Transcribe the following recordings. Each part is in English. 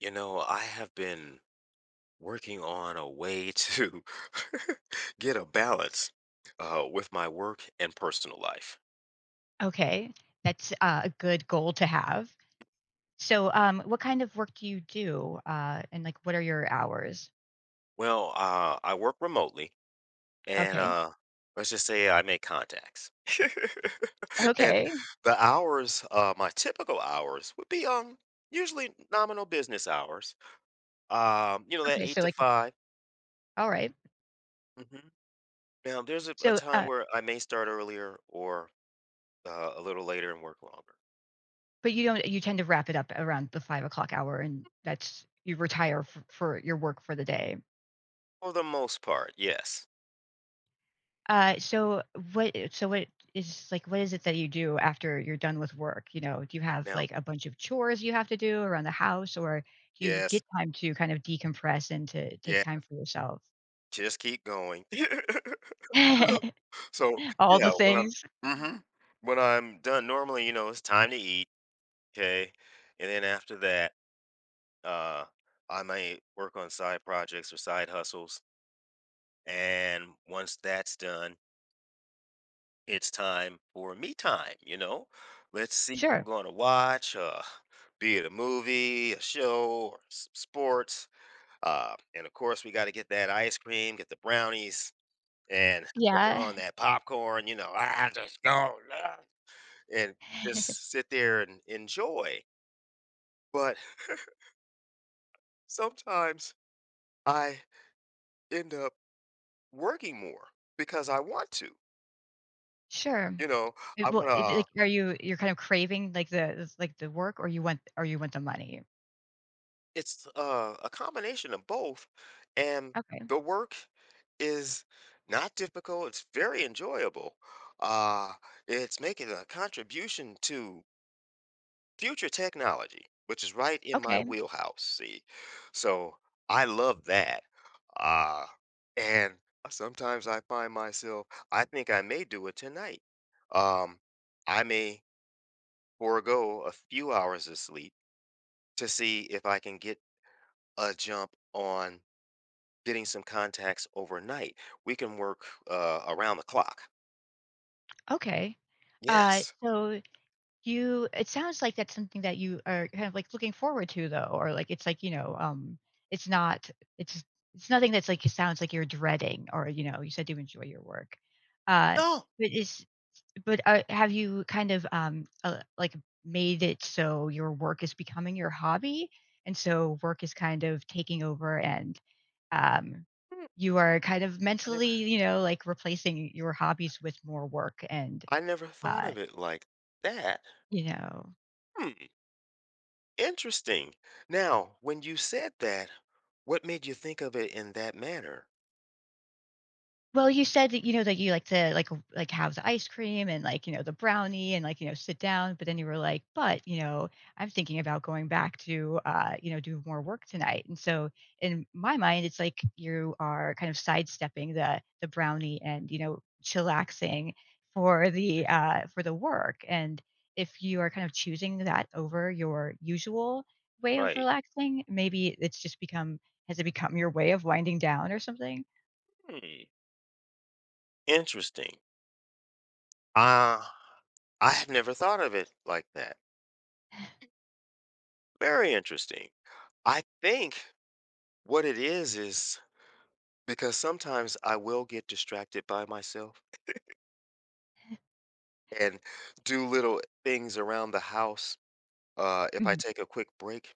I have been working on a way to get a balance with my work and personal life. Okay, that's a good goal to have. So, what kind of work do you do, and like, what are your hours? Well, I work remotely, and Okay, let's just say I make contacts. And okay, the hours, my typical hours would be usually nominal business hours. That okay. 8 So, to like, 5. all right. hmm Now, there's a So, time where I may start earlier or a little later and work longer. but you don't. You tend to wrap it up around the 5 o'clock hour, and that's you retire for, your work for the day. For the most part, yes. So what? So what is like? What is it that you do after you're done with work? You know, do you have Now, like a bunch of chores you have to do around the house, or do you yes, get time to kind of decompress and to take yeah, time for yourself? just keep going. So, All the yeah, things. mhm, when I'm done normally, it's time to eat. Okay. And then after that, uh, I might work on side projects or side hustles, and once that's done, it's time for me time, you know? Let's see what Sure. we're gonna watch, be it a movie, a show, or s sports, and of course, we gotta get that ice cream, get the brownies. And later Yeah. on that popcorn, "I just go, ah," and just sit there and enjoy. But sometimes I end up working more because I want to, Sure. you know, It I will wanna it like, are you you're kind of craving, like, the it's like the work, or you want the money? it's, a combination of both, and Okay. the work is not difficult, it's very enjoyable. Uh, it's making a contribution to future technology, which is right in my Okay. wheelhouse, see? So, I love that, uh, and sometimes I find myself I think I may do it tonight. Um, I may forego a few hours of sleep to see if I can get a jump on getting some contacts overnight. We can work, around the clock. Okay. Yes. So you it sounds like that's something that you are kind of, like, looking forward to, though, or, like, it's like, it's not it's it's nothing that's, like, it sounds like you're dreading or, you know, you said you enjoy your work. Uh, No, but is But have you kind of, like, made it so your work is becoming your hobby? And so work is kind of taking over and, um, hmm, you are kind of I mentally, never you know, like, replacing your hobbies with more work and, I never thought uh, of it like that. you know Hmm. Interesting. Now, when you said that, what made you think of it in that manner? Well, you said that, you know, that you like to like like have the ice cream and like, you know, the brownie and like, you know, sit down, but then you were like, but, you know, I'm thinking about going back to you know, do more work tonight. And so in my mind, it's like you are kind of sidestepping the brownie and, you know, chillaxing for the work. And if you are kind of choosing that over your usual way of Right. relaxing, maybe it's just become has it become your way of winding down or something? Hmm. Interesting. Uh, I have never thought of it like that. Very interesting. I think what it is because sometimes I will get distracted by myself and do little things around the house. If I Mhm. take a quick break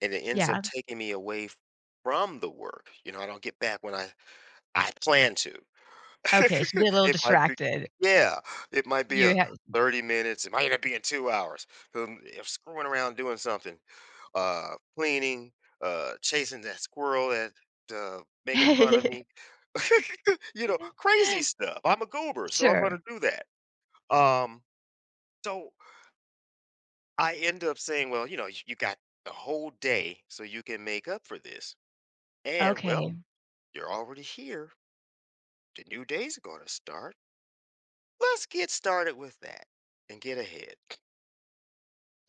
and it ends up Yeah. taking me away from the work, I don't get back when I plan to. Okay, so you get a little It might be, distracted. yeah, it might be a You had 30 minutes, it might end up being 2 hours, 'cause if screwing around doing something, cleaning, chasing that squirrel that, making fun of me, crazy stuff. I'm a goober, so I'm gonna Sure, do that. Um, so I end up saying, "Well, you know, you got the whole day so you can make up for this, and, well, okay. you're already here, the new day's gonna start." Let's get started with that and get ahead.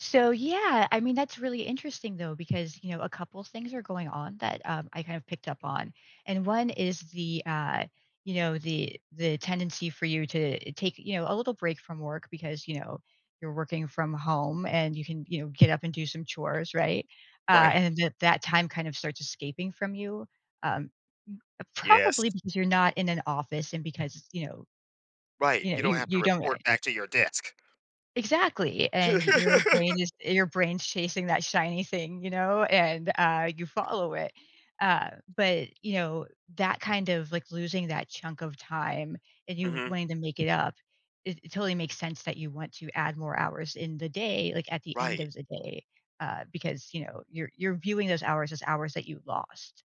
So, yeah, I mean, that's really interesting, though, because, you know, a couple things are going on that, I kind of picked up on, and one is the, you know, the tendency for you to take, you know, a little break from work because, you know, you're working from home and you can, you know, get up and do some chores, right? Right. And that time kind of starts escaping from you, um, Yes. probably because you're not in an office and because, Right, you don't you have to you don't. report back to your desk. Exactly, and your brain's chasing that shiny thing, you know, and, you follow it. Uh, but, you know, that kind of, like, losing that chunk of time and you Mhm. wanting to make it up, it totally makes sense that you want to add more hours in the day, like, at the end Right, of the day, because, you know, you're viewing those hours as hours that you lost.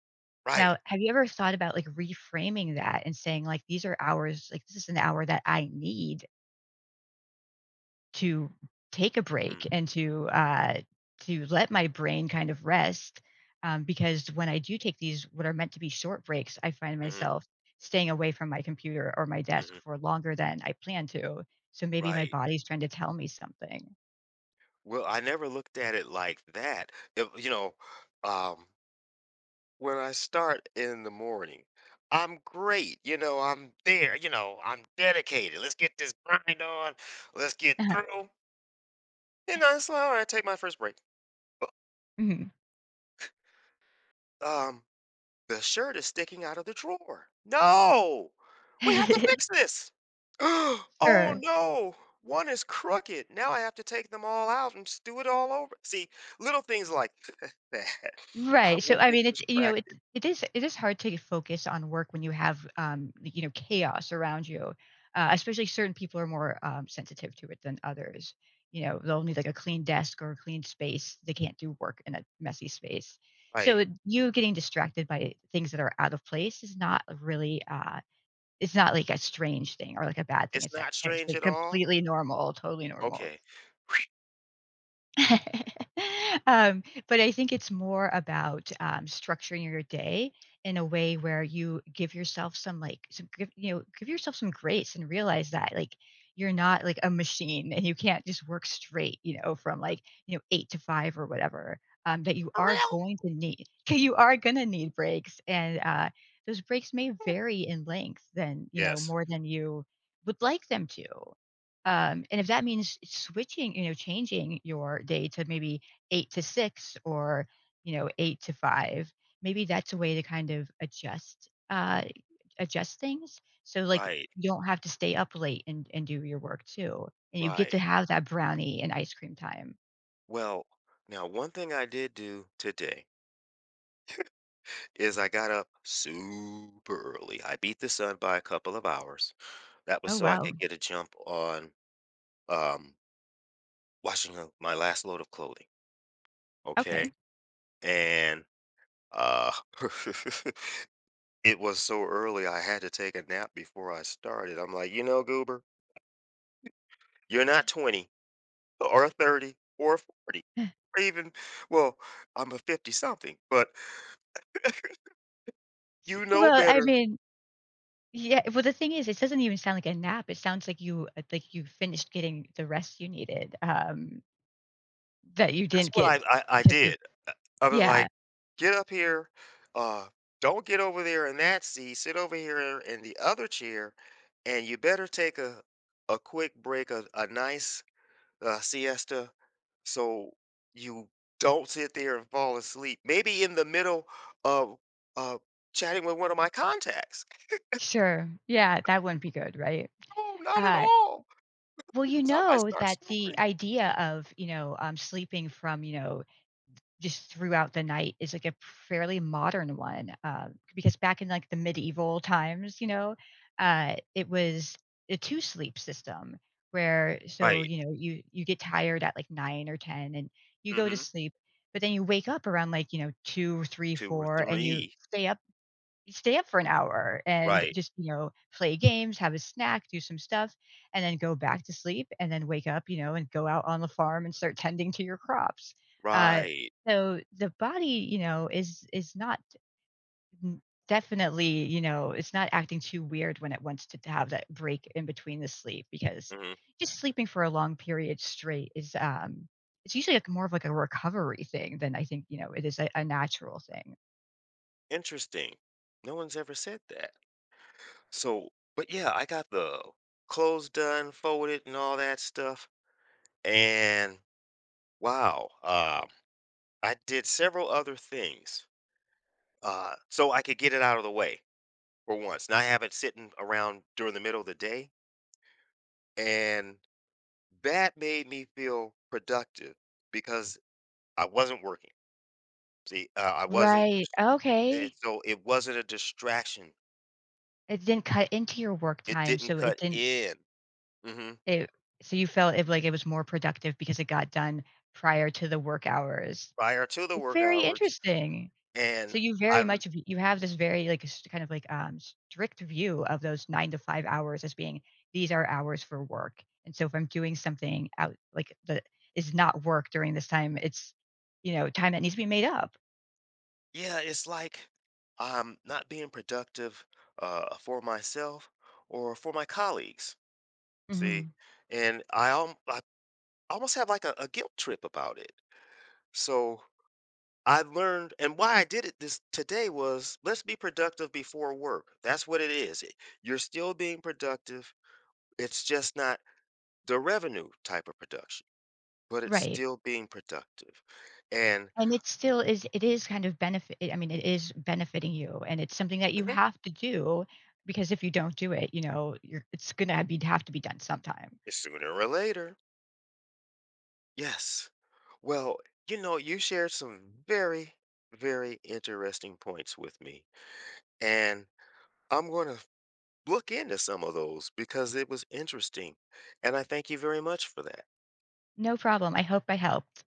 right. Now, have you ever thought about, like, reframing that and saying, like, "These are hours like, this is an hour that I need to take a break Mm, and to let my brain kind of rest," because when I do take these, what are meant to be, short breaks, I find mhm, myself staying away from my computer or my desk mhm. for longer than I plan to, so maybe my Right. body's trying to tell me something. Well, I never looked at it like that. If, um, when I start in the morning, I'm great, I'm there, I'm dedicated. Let's get this grind on. Let's get through. It's like, all right, take my first break. Mhm. um The shirt is sticking out of the drawer. No! We have to fix this. Oh Sure. no! One is crooked. Now I have to take them all out and do it all over. See, little things like that. I Right. So will I get mean, it's you know, it distracted. It is hard to focus on work when you have chaos around you. Especially certain people are more sensitive to it than others. You know, they'll need like a clean desk or a clean space. They can't do work in a messy space. So Right. You getting distracted by things that are out of place is not really it's not like a strange thing or like a bad thing. It's It's not strange actually at all. completely normal, totally normal. Okay. um, but I think it's more about structuring your day in a way where you give yourself some, like, some give, give yourself some grace and realize that, like, you're not like a machine and you can't just work straight, you know, from like, you know, 8 to 5 or whatever, that you For are real? going to need you are going to need breaks and those breaks may vary in length than Yes. more than you would like them to, and if that means switching, you know, changing your day to maybe 8 to 6 or, you know, 8 to 5, maybe that's a way to kind of adjust things. So like Right. you don't have to stay up late and do your work too. And you get to Right. have that brownie and ice cream time. Well, now one thing I did do today is I got up super early. I beat the sun by a couple of hours. That was Oh, so I wow. could get a jump on um, washing up my last load of clothing. Okay. Okay. And uh, it was so early, I had to take a nap before I started. I'm like, you know, Goober, you're not 20 or a 30 or a 40 or even, well, I'm a 50 something, but you know Well, I better. mean, yeah. Well, the thing is, it doesn't even sound like a nap. It sounds like you finished getting the rest you needed, that you That's didn't what get I because you did. I was Yeah, like, "Get up here, uh, don't get over there in that seat, sit over here in the other chair, and you better take a quick break, a nice siesta, so you don't sit there and fall asleep. Maybe in the middle of uh, chatting with one of my contacts. sure. Yeah, that wouldn't be good, right? Oh, not at Uh, all, well, you because I might know start that the snoring. idea of, sleeping from, you know, just throughout the night is like a fairly modern one. Because back in like the medieval times, you know, it was a two sleep system where so, Right. you know, you get tired at like 9 or 10 and you go to Mm-hmm. sleep, but then you wake up around like, you know, two, three, Two or four, and you three. Stay up for an hour and Right. just, you know, play games, have a snack, do some stuff, and then go back to sleep and then wake up, you know, and go out on the farm and start tending to your crops. Uh, Right. so the body, you know, is not n- definitely, you know, it's not acting too weird when it wants to have that break in between the sleep because hmm just sleeping for a long period straight is it's usually like more of like a recovery thing than I think, you know, it is a natural thing. Interesting. No one's ever said that. So, but yeah, I got the clothes done, folded, and all that stuff. And wow, I did several other things so I could get it out of the way for once. Not have it sitting around during the middle of the day. And that made me feel productive because I wasn't working. See, I wasn't, Right. just, and Okay. so it wasn't a distraction. It didn't cut into your work It time, didn't so it cut didn't in hmm it so you felt it like it was more productive because it got done prior to the work hours. prior to the It's work very hours. interesting. So And you very I've much v you have this very, like, s kind of like, strict view of those 9 to 5 hours as being, "These are hours for work," and so if I'm doing something out like, that is not work during this time, it's, you know, time that needs to be made up. Yeah, it's like I'm not being productive for myself or for my colleagues. See, Mhm. and I almost have like a guilt trip about it. So I learned, and why I did it this today was let's be productive before work. That's what it is. You're still being productive. It's just not the revenue type of production, but it's Right. still being productive. And And it still is it is kind of benefit I mean, it is benefiting you, and it's something that you Mhm. have to do because if you don't do it, you know, you're it's gonna be have to be done sometime. sooner or later, yes. Well, you shared some very, very interesting points with me. And I'm going to look into some of those because it was interesting. And I thank you very much for that. No problem, I hope I helped.